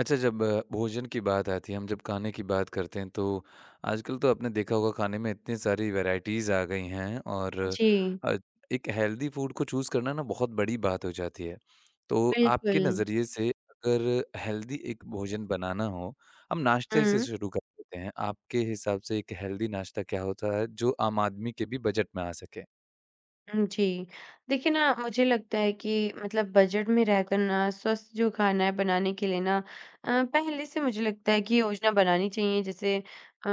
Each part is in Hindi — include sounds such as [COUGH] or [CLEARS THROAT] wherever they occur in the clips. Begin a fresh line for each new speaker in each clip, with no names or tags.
अच्छा, जब भोजन की बात आती है, हम जब खाने की बात करते हैं, तो आजकल तो आपने देखा होगा खाने में इतनी सारी वैराइटीज़ आ गई हैं और
जी,
अ, एक हेल्दी फूड को चूज़ करना ना बहुत बड़ी बात हो जाती है। तो आपके
बिल्कुल।
नज़रिए से अगर हेल्दी एक भोजन बनाना हो, हम नाश्ते से
हुँ।
शुरू कर देते हैं। आपके हिसाब से एक हेल्दी नाश्ता क्या होता है जो आम आदमी के भी बजट में आ सके?
जी। देखिए ना, मुझे लगता है कि मतलब बजट में रहकर ना स्वस्थ जो खाना है बनाने के लिए ना पहले से मुझे लगता है कि योजना बनानी चाहिए। जैसे अ,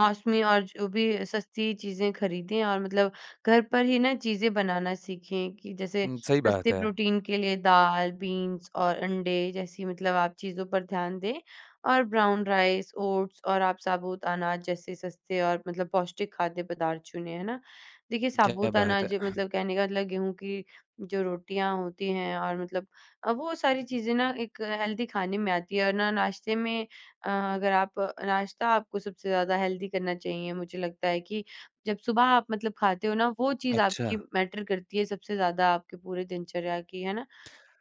मौसमी और जो भी सस्ती चीज़ें खरीदें और मतलब घर पर ही ना चीज़ें बनाना सीखें कि जैसे
सही बात
सस्ते
है।
प्रोटीन के लिए दाल, बीन्स और अंडे जैसी मतलब आप चीज़ों पर ध्यान दें। और ब्राउन राइस, ओट्स और आप साबूत अनाज जैसे सस्ते और मतलब पौष्टिक खाद्य पदार्थ चुनें, है ना? देखिए
क्या
साबूत
बात है!
अनाज मतलब
[CLEARS THROAT]
कहने का मतलब गेहूँ की जो रोटियाँ होती हैं और मतलब वो सारी चीज़ें ना एक हेल्दी खाने में आती है और ना नाश्ते में। अगर आप नाश्ता, आपको सबसे ज़्यादा हेल्दी करना चाहिए। मुझे लगता है कि जब सुबह आप मतलब खाते हो ना वो चीज़
अच्छा,
आपकी मैटर करती है सबसे ज़्यादा आपके पूरे दिनचर्या की, है ना?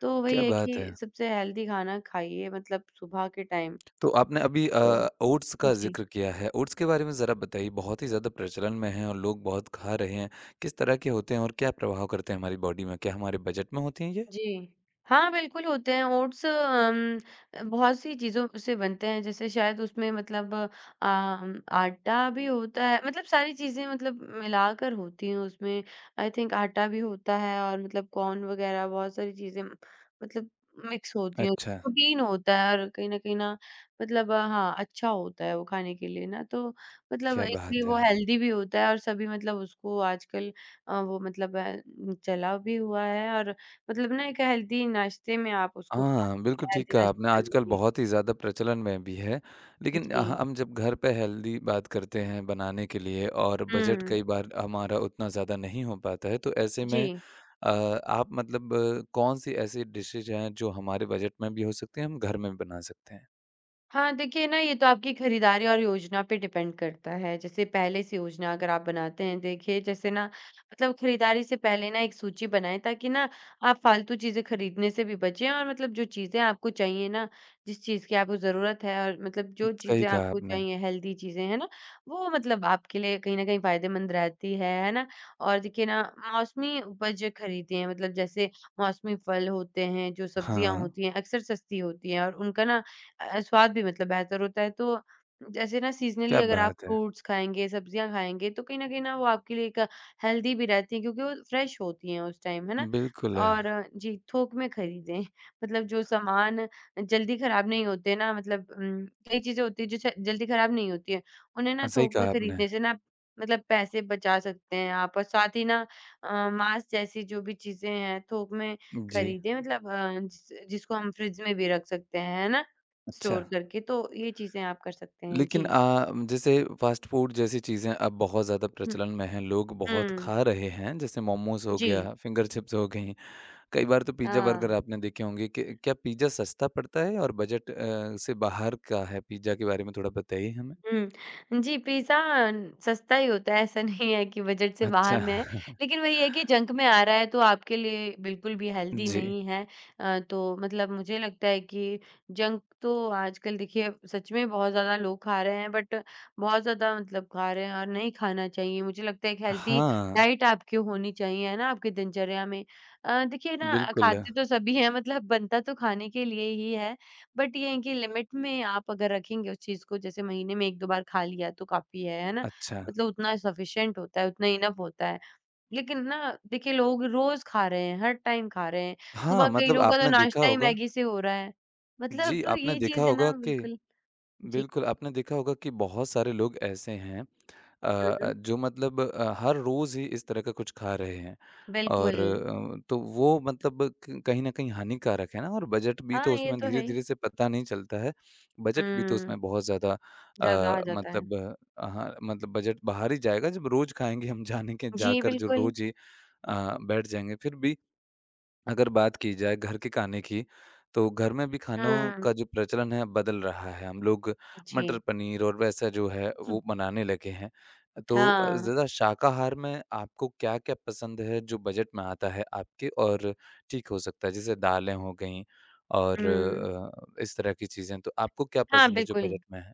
तो वही
क्या
है
बात है!
कि सबसे हेल्दी खाना खाइए मतलब सुबह के टाइम।
तो आपने अभी
तो
ओट्स का
जी।
ज़िक्र किया है। ओट्स के बारे में ज़रा बताइए, बहुत ही ज़्यादा प्रचलन में है और लोग बहुत खा रहे हैं। किस तरह के होते हैं और क्या प्रभाव करते हैं हमारी बॉडी में? क्या हमारे बजट में होती हैं ये?
जी। हाँ, बिल्कुल होते हैं ओट्स। बहुत सी चीज़ों से बनते हैं जैसे शायद उसमें मतलब आटा भी होता है, मतलब सारी चीज़ें मतलब मिलाकर होती हैं उसमें। आई थिंक आटा भी होता है और मतलब कॉर्न वग़ैरह, बहुत सारी चीज़ें मतलब मिक्स होती हैं।
अच्छा,
प्रोटीन होता है और कहीं न कहीं ना मतलब हाँ, अच्छा होता है वो खाने के लिए ना। तो मतलब
क्या
इसलिए
बात
वो
है!
हेल्दी भी होता है और सभी मतलब उसको आजकल वो मतलब चला भी हुआ है। और मतलब ना एक हेल्दी नाश्ते में आप उसको खा
हाँ,
सकते
बिल्कुल
हैं,
ठीक
हेल्दी
कहा आपने।
नाश्ते करने
आजकल
के लिए।
बहुत ही ज़्यादा प्रचलन में भी है। लेकिन
जी।
हम जब घर पे हेल्दी बात करते हैं बनाने के लिए और बजट
हुँ,
कई बार हमारा उतना ज़्यादा नहीं हो पाता है, तो ऐसे में
जी।
आप मतलब कौन-सी ऐसी डिशेज़ हैं जो हमारे बजट में भी हो सकती हैं, हम घर में भी बना सकते हैं?
हाँ, देखिए ना ये तो आपकी खरीदारी और योजना पे डिपेंड करता है। जैसे पहले से योजना अगर आप बनाते हैं, देखिए जैसे ना मतलब खरीदारी से पहले ना एक सूची बनाएँ ताकि ना आप फालतू चीज़ें खरीदने से भी बचें, और मतलब जो चीज़ें आपको चाहिए ना, जिस चीज़ की आपको ज़रूरत है और मतलब जो
सही
चीज़ें
कहा
आपको
आपने।
चाहिए हेल्दी चीज़ें, है ना? वो मतलब आपके लिए कहीं न कहीं फ़ायदेमंद रहती है ना? और देखिए ना मौसमी उपज खरीदें, मतलब जैसे मौसमी फल होते हैं, जो सब्जियाँ
हाँ,
होती हैं, अक्सर सस्ती होती हैं और उनका ना स्वाद भी मतलब बेहतर होता है। तो जैसे ना सीज़नली
क्या
अगर आप
बात है!
फ्रूट्स खाएँगे, सब्जियाँ खाएँगे, तो कहीं न कहीं ना वो आपके लिए एक हेल्दी भी रहती हैं क्योंकि वो फ्रेश होती हैं उस टाइम, है ना?
बिल्कुल, है।
और जी, थोक में खरीदें। [LAUGHS] मतलब जो सामान जल्दी ख़राब नहीं होते ना, मतलब कई चीज़ें होती हैं जो च जल्दी ख़राब नहीं होती हैं। उन्हें ना
सही
थोक में
कहा आपने।
खरीदने से ना मतलब पैसे बचा सकते हैं आप, और साथ ही ना माँस जैसी जो भी चीज़ें हैं थोक में
जी,
खरीदें, मतलब जिस जिसको हम फ्रिज में भी रख सकते हैं, है ना?
अच्छा।
स्टोर करके, तो ये चीज़ें आप कर सकते हैं।
लेकिन
जी।
जैसे फ़ास्ट फ़ूड जैसी चीज़ें अब बहुत ज़्यादा
हुँ।
प्रचलन में हैं, लोग बहुत
हुँ।
खा रहे हैं, जैसे मोमोज़ हो
जी।
गया, फिंगर चिप्स हो गईं, कई बार तो पिज़्ज़ा बर्गर
हाँ।
आपने देखे होंगे कि क्या पिज़्ज़ा सस्ता पड़ता है और बजट से बाहर का है? पिज़्ज़ा के बारे में थोड़ा बताइए हमें।
हुँ। जी, पिज़्ज़ा सस्ता ही होता है, ऐसा [LAUGHS] नहीं है कि बजट से
अच्छा,
बाहर में है।
[LAUGHS]
लेकिन वही है कि जंक में आ रहा है, तो आपके लिए बिल्कुल भी हेल्दी
जी।
नहीं है। तो मतलब मुझे लगता है कि जंक तो आजकल देखिए सच में बहुत ज़्यादा लोग खा रहे हैं, बट बहुत ज़्यादा मतलब खा रहे हैं, और नहीं खाना चाहिए। मुझे लगता है एक हेल्दी
हाँ,
डाइट आपकी होनी चाहिए, है ना, आपकी दिनचर्या में। देखिए ना,
बिल्कुल,
खाते तो सभी हैं, मतलब बनता तो खाने के लिए ही है। बट ये है कि लिमिट में आप अगर रखेंगे उस चीज़ को, जैसे महीने में 1-2 बार खा लिया तो काफ़ी है ना?
अच्छा।
मतलब उतना सफिशिएंट होता है, उतना इनफ होता है। लेकिन ना देखिए लोग रोज़ खा रहे हैं, हर टाइम खा रहे हैं। सुबह
हाँ,
कई
मतलब
लोगों का तो
आपने देखा
नाश्ता ही
होगा
मैगी से हो रहा है। मतलब
जी,
तो
आपने
ये
देखा
चीज़ है
होगा
ना
कि
बिल्कुल। जी।
बिल्कुल, आपने देखा होगा कि बहुत सारे लोग ऐसे हैं अ
हुँ,
जो मतलब हर रोज़ ही इस तरह का कुछ खा रहे हैं
बिल्कुल।
और तो वो मतलब क कहीं न कहीं हानिकारक है ना और बजट भी तो
हाँ, ये
उसमें
तो है ही।
धीरे-धीरे से पता नहीं चलता है। बजट भी तो
हुँ,
उसमें बहुत ज़्यादा
ज़्यादा आ जाता है।
मतलब हाँ, मतलब बजट बाहर ही जाएगा जब रोज़ खाएँगे हम जाने के
जी,
जाकर जो
बिल्कुल।
रोज़ ही बैठ जाएँगे। फिर भी अगर बात की जाए घर के खाने की, तो घर में भी खानों का
हुँ,
जो प्रचलन है बदल रहा है। हम लोग
जी।
मटर पनीर और वैसा जो है वो
[LAUGHS]
बनाने लगे हैं। तो
हाँ,
ज़रा शाकाहार में आपको क्या-क्या पसंद है जो बजट में आता है आपके और ठीक हो सकता है? जैसे दालें हो गईं और
हुँ।
इस तरह की चीज़ें तो आपको क्या
हाँ,
पसंद है जो
बिल्कुल।
बजट में है?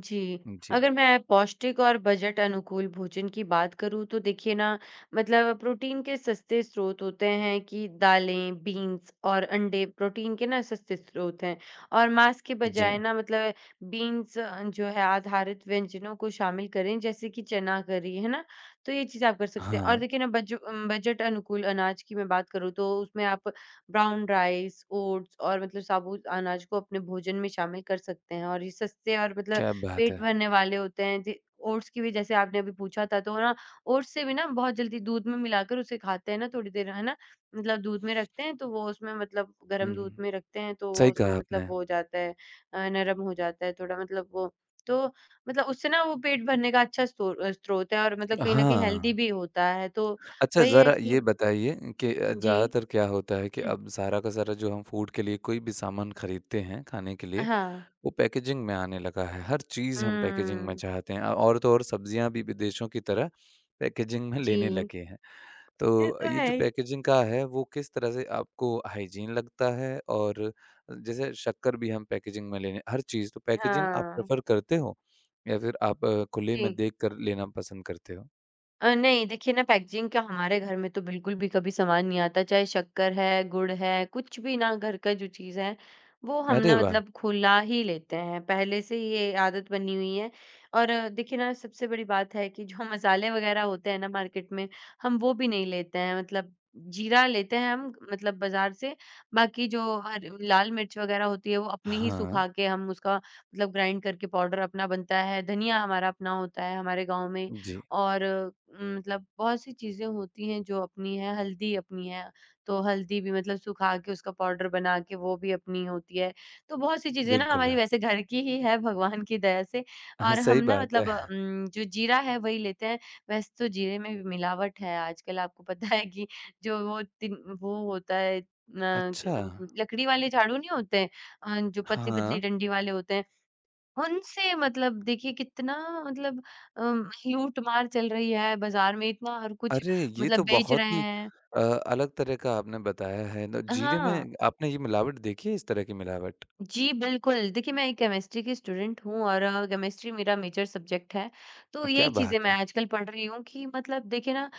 जी।
जी,
अगर मैं पौष्टिक और बजट अनुकूल भोजन की बात करूँ तो देखिए ना मतलब प्रोटीन के सस्ते स्रोत होते हैं कि दालें, बीन्स और अंडे प्रोटीन के ना सस्ते स्रोत हैं। और मांस के
जी।
बजाय ना मतलब बीन्स जो है आधारित व्यंजनों को शामिल करें जैसे कि चना करी, है ना? तो ये चीज़ आप कर सकते हैं। और
हाँ,
देखिए ना बजट अनुकूल अनाज की मैं बात करूँ तो उसमें आप ब्राउन राइस, ओट्स और मतलब साबुत अनाज को अपने भोजन में शामिल कर सकते हैं। और ये सस्ते और मतलब
क्या बात
पेट
है!
भरने वाले होते हैं जी। ओट्स की भी जैसे आपने अभी पूछा था तो ना ओट्स से भी ना बहुत जल्दी दूध में मिलाकर उसे खाते हैं ना, थोड़ी देर है ना मतलब दूध में रखते हैं तो वो उसमें मतलब गर्म दूध
हुँ,
में रखते हैं तो वो
सही
उसमें
कहा
मतलब
आपने।
वो हो जाता है, नरम हो जाता है थोड़ा मतलब वो, तो मतलब उससे ना वो पेट भरने का अच्छा स्रोत है, और मतलब कहीं ना कहीं हेल्दी
हाँ।
भी होता है, तो
अच्छा,
वही है
ज़रा
कि
ये बताइए कि
जी।
ज़्यादातर क्या होता है कि
हम्म,
अब सारा का सारा जो हम फूड के लिए कोई भी सामान खरीदते हैं खाने के लिए,
हाँ।
वो पैकेजिंग में आने लगा है। हर चीज़ हम पैकेजिंग में
हम्म।
चाहते हैं और तो और सब्जियाँ भी विदेशों की तरह पैकेजिंग में
जी,
लेने लगे हैं।
ये
तो
तो
ये
है
जो
ही।
पैकेजिंग का है, वो किस तरह से आपको हाइजीन लगता है? और जैसे शक्कर भी हम पैकेजिंग में लेने हर चीज़ तो पैकेजिंग आप
हाँ,
प्रेफ़र करते हो? या फिर आप खुले में
जी।
देख कर लेना पसंद करते हो?
नहीं, देखिए ना पैकेजिंग का हमारे घर में तो बिल्कुल भी कभी सामान नहीं आता, चाहे शक्कर है, गुड़ है, कुछ भी ना घर का जो चीज़ है, वो हम
अरे
ना
वाह!
मतलब खुला ही लेते हैं, पहले से ही ये आदत बनी हुई है। और देखिए ना सबसे बड़ी बात है कि जो मसाले वग़ैरह होते हैं ना मार्केट में, हम वो भी नहीं लेते हैं, मतलब जीरा लेते हैं हम मतलब बाज़ार से, बाकी जो हर लाल मिर्च वग़ैरह होती है वो अपनी ही
हाँ,
सुखा के हम उसका मतलब ग्राइंड करके पाउडर अपना बनता है, धनिया हमारा अपना होता है हमारे गाँव में।
जी।
और मतलब बहुत सी चीज़ें होती हैं जो अपनी हैं, हल्दी अपनी है, तो हल्दी भी मतलब सुखा के उसका पाउडर बना के वो भी अपनी होती है। तो बहुत सी चीज़ें ना
बिल्कुल।
हमारी
है।
वैसे घर की ही है भगवान की दया से।
हाँ,
और हम
सही
ना
बात है।
मतलब जो जीरा है वही लेते हैं, वैसे तो जीरे में भी मिलावट है आजकल, आपको पता है कि जो वो तिन वो होता है क
अच्छा,
लकड़ी वाले झाड़ू नहीं होते हैं जो पतली-पतली
हाँ।
डंडी वाले होते हैं, उनसे मतलब देखिए कितना मतलब लूट-मार चल रही है बाज़ार में, इतना हर कुछ
अरे! ये
मतलब
तो
बेच
बहुत
रहे
ही
हैं।
अ, अलग तरह का आपने बताया है ना, जीरे में
हाँ,
आपने ये मिलावट देखी है इस तरह की मिलावट?
जी, बिल्कुल। देखिए, मैं एक केमिस्ट्री की स्टूडेंट हूँ और केमिस्ट्री मेरा मेजर सब्जेक्ट है। तो
क्या
यही चीज़ें
बात
मैं
है!
आजकल पढ़ रही हूँ कि मतलब देखिए ना,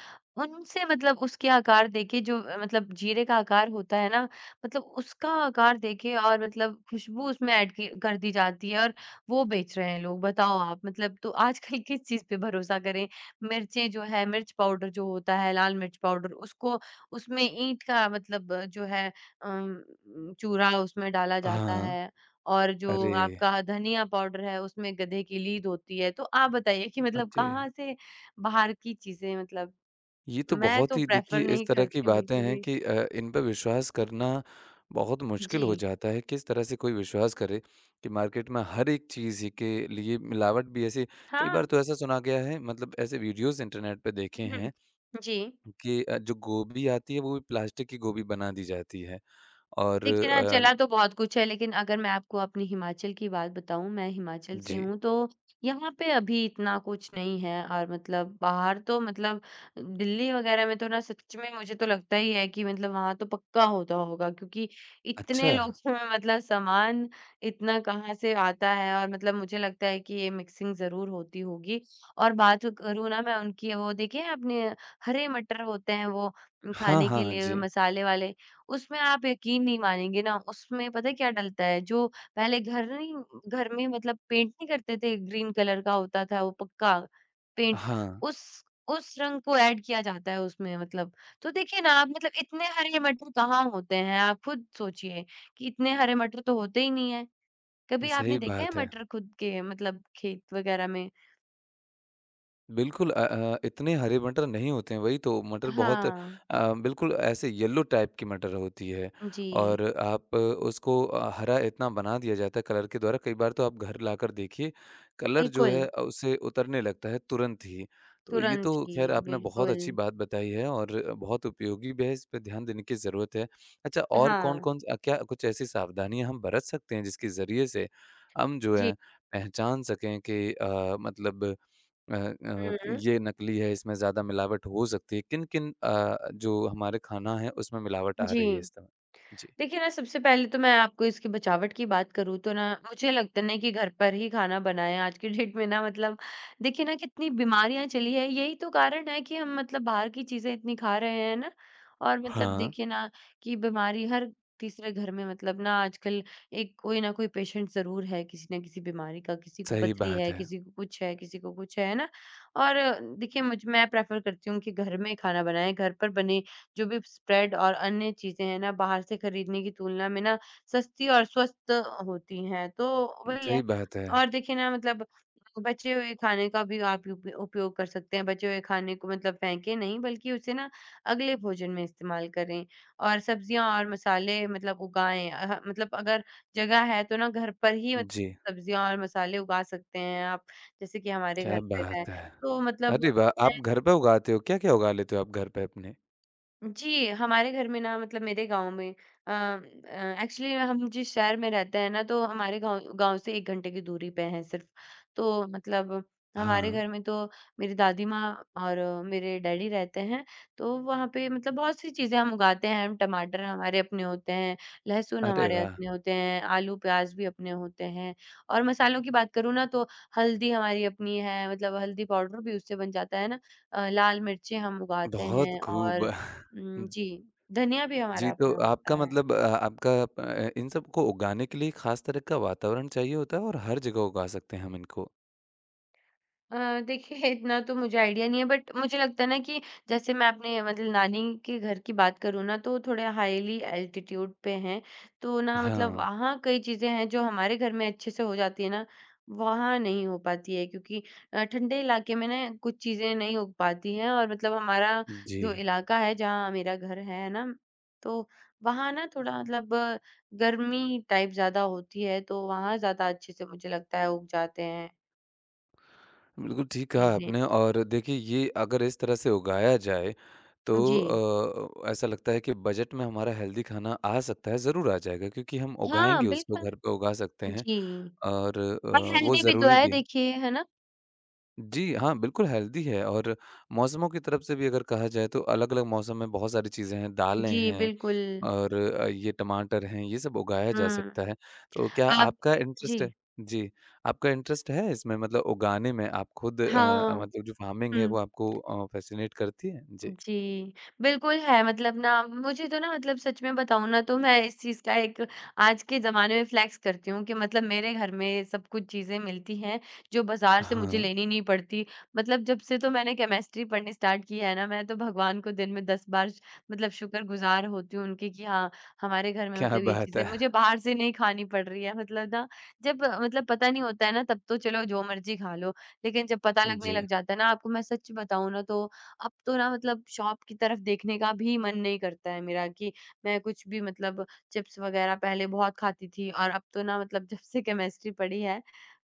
उनसे मतलब उसके आकार देखिए जो मतलब जीरे का आकार होता है ना, मतलब उसका आकार देके और मतलब खुशबू उसमें ऐड की कर दी जाती है और वो बेच रहे हैं लोग, बताओ आप। मतलब तो आजकल किस चीज़ पे भरोसा करें? मिर्चें जो है, मिर्च पाउडर जो होता है, लाल मिर्च पाउडर, उसको उसमें ईंट का मतलब जो है चूरा उसमें डाला जाता
हाँ,
है, और जो
अरे!
आपका धनिया पाउडर है, उसमें गधे की लीद होती है। तो आप बताइए कि मतलब
अरे!
कहाँ से बाहर की चीज़ें मतलब
ये तो
मैं
बहुत
तो
ही देखिए
प्रेफ़र
इस
नहीं
तरह की
करती हूँ
बातें
बिल्कुल
हैं
भी।
कि इन पे विश्वास करना बहुत मुश्किल
जी।
हो जाता है। किस तरह से कोई विश्वास करे कि मार्केट में हर एक चीज़ ही के लिए मिलावट भी ऐसी कई
हाँ।
बार तो ऐसा सुना गया है मतलब ऐसे वीडियोज़ इंटरनेट पे देखे हैं
[LAUGHS] [CLEARS THROAT] जी।
कि जो गोभी आती है वो भी प्लास्टिक की गोभी बना दी जाती है और
देखिए ना, चला तो बहुत कुछ है, लेकिन अगर मैं आपको अपनी हिमाचल की बात बताऊँ, मैं हिमाचल से
जी।
हूँ, तो यहाँ पे अभी इतना कुछ नहीं है, और मतलब बाहर तो मतलब दिल्ली वगैरह में तो ना सच में मुझे तो लगता ही है कि मतलब वहाँ तो पक्का होता होगा, क्योंकि इतने
अच्छा।
लोगों में मतलब सामान इतना कहाँ से आता है, और मतलब मुझे लगता है कि ये मिक्सिंग ज़रूर होती होगी। और बात करूँ ना मैं उनकी, वो देखिए आपने हरे मटर होते हैं वो
हाँ,
खाने के
हाँ,
लिए
जी।
मसाले वाले, उसमें आप यकीन नहीं मानेंगे ना, उसमें पता है क्या डलता है, जो पहले घर नहीं, घर में मतलब पेंट नहीं करते थे, ग्रीन कलर का होता था वो पक्का पेंट,
हाँ,
उस उस रंग को ऐड किया जाता है उसमें मतलब। तो देखिए ना आप मतलब इतने हरे मटर कहाँ होते हैं, आप खुद सोचिए कि इतने हरे मटर तो होते ही नहीं हैं। कभी आपने
सही
देखे हैं
बात है।
मटर खुद के मतलब खेत वगैरह में?
बिल्कुल इतने हरे मटर नहीं होते हैं, वही तो मटर बहुत
हाँ,
बिल्कुल ऐसे येलो टाइप की मटर होती है
जी,
और आप उसको हरा इतना बना दिया जाता है कलर के द्वारा, कई बार तो आप घर लाकर देखिए, कलर जो
बिल्कुल,
है उससे उतरने लगता है तुरंत ही। तो ये तो
तुरंत ही,
खैर आपने बहुत
बिल्कुल।
अच्छी बात बताई है और बहुत उपयोगी भी है, इस पे ध्यान देने की ज़रूरत है। अच्छा और
हाँ,
कौन-कौन क्या कुछ ऐसी सावधानियाँ हम बरत सकते हैं जिसके ज़रिए से हम जो
जी।
है पहचान सकें कि मतलब अ अ,
हुँ,
ये नकली है, इसमें ज़्यादा मिलावट हो सकती है। किन-किन जो हमारे खाना है, उसमें मिलावट आ
जी।
रही है इस समय? जी।
देखिए ना, सबसे पहले तो मैं आपको इसकी बचावट की बात करूँ तो ना मुझे लगता नहीं कि घर पर ही खाना बनाएँ आज के डेट में ना मतलब देखिए ना कितनी बीमारियाँ चली है, यही तो कारण है कि हम मतलब बाहर की चीज़ें इतनी खा रहे हैं ना, और मतलब
हाँ,
देखिए ना कि बीमारी हर तीसरे घर में मतलब ना आजकल एक कोई ना कोई पेशेंट ज़रूर है किसी ना किसी बीमारी का, किसी को
सही
पथरी
बात
है,
है।
किसी को कुछ है, किसी को कुछ है ना? और देखिए मुझ मैं प्रेफ़र करती हूँ कि घर में खाना बनाएँ, घर पर बने जो भी स्प्रेड और अन्य चीज़ें हैं ना बाहर से खरीदने की तुलना में ना सस्ती और स्वस्थ होती हैं, तो वही
सही
है।
बात है।
और देखिए ना मतलब बचे हुए खाने का भी आप उप उपयोग कर सकते हैं। बचे हुए खाने को मतलब फेंकें नहीं बल्कि उसे ना अगले भोजन में इस्तेमाल करें। और सब्जियाँ और मसाले मतलब उगाएँ अह मतलब अगर जगह है तो ना घर पर ही मत
जी,
सब्जियाँ और मसाले उगा सकते हैं आप, जैसे कि हमारे घर
क्या
पे है।
बात है!
तो मतलब
अरे वाह! आप घर पे उगाते हो? क्या-क्या उगा लेते हो आप घर पे अपने?
जी, हमारे घर में ना मतलब मेरे गाँव में एक्चुअली हम जिस शहर में रहते हैं ना तो हमारे गाँव गाँव से 1 घंटे की दूरी पे है सिर्फ़। तो मतलब हमारे
हाँ।
घर में तो मेरी दादी माँ और मेरे डैडी रहते हैं, तो वहाँ पे मतलब बहुत-सी चीज़ें हम उगाते हैं, हम टमाटर हमारे अपने होते हैं, लहसुन
अरे
हमारे
वाह!
अपने होते हैं, आलू-प्याज़ भी अपने होते हैं और मसालों की बात करूँ ना तो हल्दी हमारी अपनी है, मतलब हल्दी पाउडर भी उससे बन जाता है ना। लाल मिर्चें हम उगाते
बहुत
हैं
खूब।
और
[LAUGHS]
जी, धनिया भी हमारा
जी, तो
अपना होता
आपका
है।
मतलब आपका इन सबको उगाने के लिए खास तरह का वातावरण चाहिए होता है और हर जगह उगा सकते हैं हम इनको।
अ, देखिए इतना तो मुझे आइडिया नहीं है बट मुझे लगता है ना कि जैसे मैं अपने मतलब नानी के घर की बात करूँ ना तो थोड़े हाईली एल्टीट्यूड पे हैं तो ना मतलब
हाँ,
वहाँ कई चीज़ें हैं जो हमारे घर में अच्छे से हो जाती है ना वहाँ नहीं हो पाती है क्योंकि ठंडे इलाके में ना कुछ चीज़ें नहीं हो पाती हैं और मतलब हमारा
जी।
जो इलाका है जहाँ मेरा घर है ना तो वहाँ ना थोड़ा मतलब गर्मी टाइप ज़्यादा होती है तो वहाँ ज़्यादा अच्छे से मुझे लगता है उग जाते हैं
बिल्कुल ठीक कहा
चीज़ें।
आपने और देखिए ये अगर इस तरह से उगाया जाए तो
जी
ऐसा लगता है कि बजट में हमारा हेल्दी खाना आ सकता है, ज़रूर आ जाएगा क्योंकि हम
हाँ,
उगाएँगे उसको
बिल्कुल।
घर पे उगा सकते हैं
जी,
और
और
वो
हेल्दी भी तो
ज़रूरी
है
भी है।
देखिए, है ना?
जी हाँ, बिल्कुल हेल्दी है और मौसमों की तरफ से भी अगर कहा जाए तो अलग-अलग मौसम में बहुत सारी चीज़ें हैं, दालें
जी,
हैं
बिल्कुल।
और ये टमाटर हैं, ये सब उगाया जा
हुँ,
सकता है। तो क्या
आप
आपका
जी,
इंटरेस्ट है जी, आपका इंटरेस्ट है इसमें मतलब उगाने में? आप खुद
हाँ,
मतलब जो फ़ार्मिंग है
हुँ।
वो आपको फ़ैसिनेट करती है? जी।
जी, बिल्कुल है मतलब ना मुझे तो ना मतलब सच में बताऊँ ना तो मैं इस चीज़ का एक आज के ज़माने में फ्लेक्स करती हूँ कि मतलब मेरे घर में सब कुछ चीज़ें मिलती हैं, जो बाज़ार से मुझे
हाँ,
लेनी नहीं पड़ती। मतलब जब से तो मैंने केमिस्ट्री पढ़नी स्टार्ट की है ना, मैं तो भगवान को दिन में 10 बार मतलब शुक्रगुज़ार होती हूँ उनकी कि हाँ, हमारे घर में
क्या
मतलब ये
बात
चीज़ें
है!
मुझे बाहर से नहीं खानी पड़ रही है। मतलब ना जब मतलब पता नहीं होता है ना तब तो चलो जो मर्ज़ी खा लो, लेकिन जब पता लगने लग
जी,
जाता है ना आपको मैं सच बताऊँ ना तो अब तो ना मतलब शॉप की तरफ देखने का भी मन नहीं करता है मेरा कि मैं कुछ भी मतलब चिप्स वगैरह पहले बहुत खाती थी और अब तो ना मतलब जब से केमिस्ट्री पढ़ी है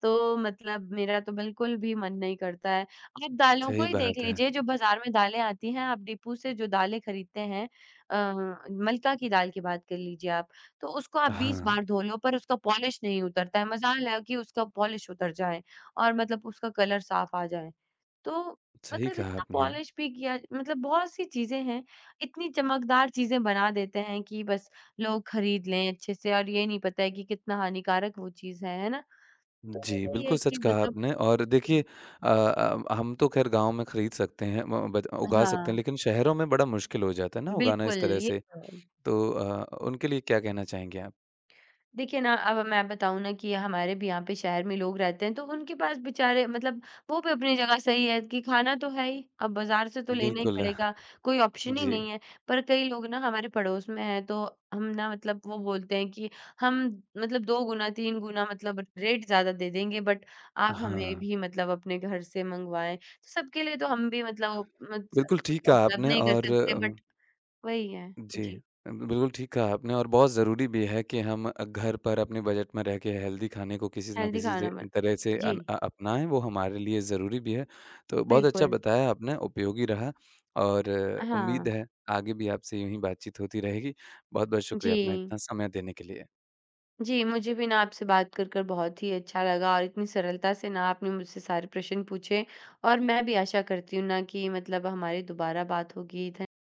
तो मतलब मेरा तो बिल्कुल भी मन नहीं करता है। आप दालों को
सही
ही देख
बात है।
लीजिए जो बाज़ार में दालें आती हैं, आप डिपू से जो दालें खरीदते हैं। अ, मलका की दाल की बात कर लीजिए आप, तो उसको आप 20
हाँ,
बार धो लो पर उसका पॉलिश नहीं उतरता है, मजाल है कि उसका पॉलिश उतर जाए और मतलब उसका कलर साफ आ जाए। तो
सही
मतलब
कहा
इतना
आपने।
पॉलिश भी किया मतलब बहुत-सी चीज़ें हैं, इतनी चमकदार चीज़ें बना देते हैं कि बस लोग खरीद लें अच्छे से और ये नहीं पता है कि कितना हानिकारक वो चीज़ है ना? तो
जी,
वही है
बिल्कुल सच
कि
कहा
मतलब
आपने और देखिए
जी।
हम तो खैर गाँव में खरीद सकते हैं म बत उगा सकते
हाँ,
हैं, लेकिन शहरों में बड़ा मुश्किल हो जाता है ना उगाना
बिल्कुल,
इस तरह
ये
से।
तो है।
तो उनके लिए क्या कहना चाहेंगे आप?
देखिए ना, अब मैं बताऊँ ना कि हमारे भी यहाँ पे शहर में लोग रहते हैं, तो उनके पास बेचारे मतलब वो भी अपनी जगह सही है कि खाना तो है ही, अब बाज़ार से तो लेना ही
बिल्कुल।
पड़ेगा, कोई ऑप्शन ही
जी।
नहीं है। पर कई लोग ना हमारे पड़ोस में हैं, तो हम ना मतलब वो बोलते हैं कि हम मतलब 2 गुना, 3 गुना मतलब रेट ज़्यादा दे देंगे, बट आप हमें
हाँ,
भी मतलब अपने घर से मंगवाएँ। तो सबके लिए तो हम भी मतलब मत सब
बिल्कुल
कुछ
ठीक कहा
उपलब्ध
आपने
नहीं कर
और
सकते, बट वही है।
जी,
जी,
बिल्कुल ठीक कहा आपने और बहुत ज़रूरी भी है कि हम घर पर अपने बजट में रह के हेल्दी खाने को किसी न
हेल्दी
किसी से
खाना बन
तरह से
जी,
अपनाएँ, वो हमारे लिए ज़रूरी भी है। तो बहुत अच्छा
बिल्कुल।
बताया आपने, उपयोगी रहा और उम्मीद
हाँ।
है आगे भी आपसे यूँ ही बातचीत होती रहेगी। बहुत-बहुत
जी।
शुक्रिया अपना इतना समय देने के लिए।
जी, मुझे भी ना आपसे कर बहुत ही अच्छा लगा और इतनी सरलता से ना आपने मुझसे सारे प्रश्न पूछे और मैं भी आशा करती हूँ ना कि मतलब हमारी दोबारा बात होगी।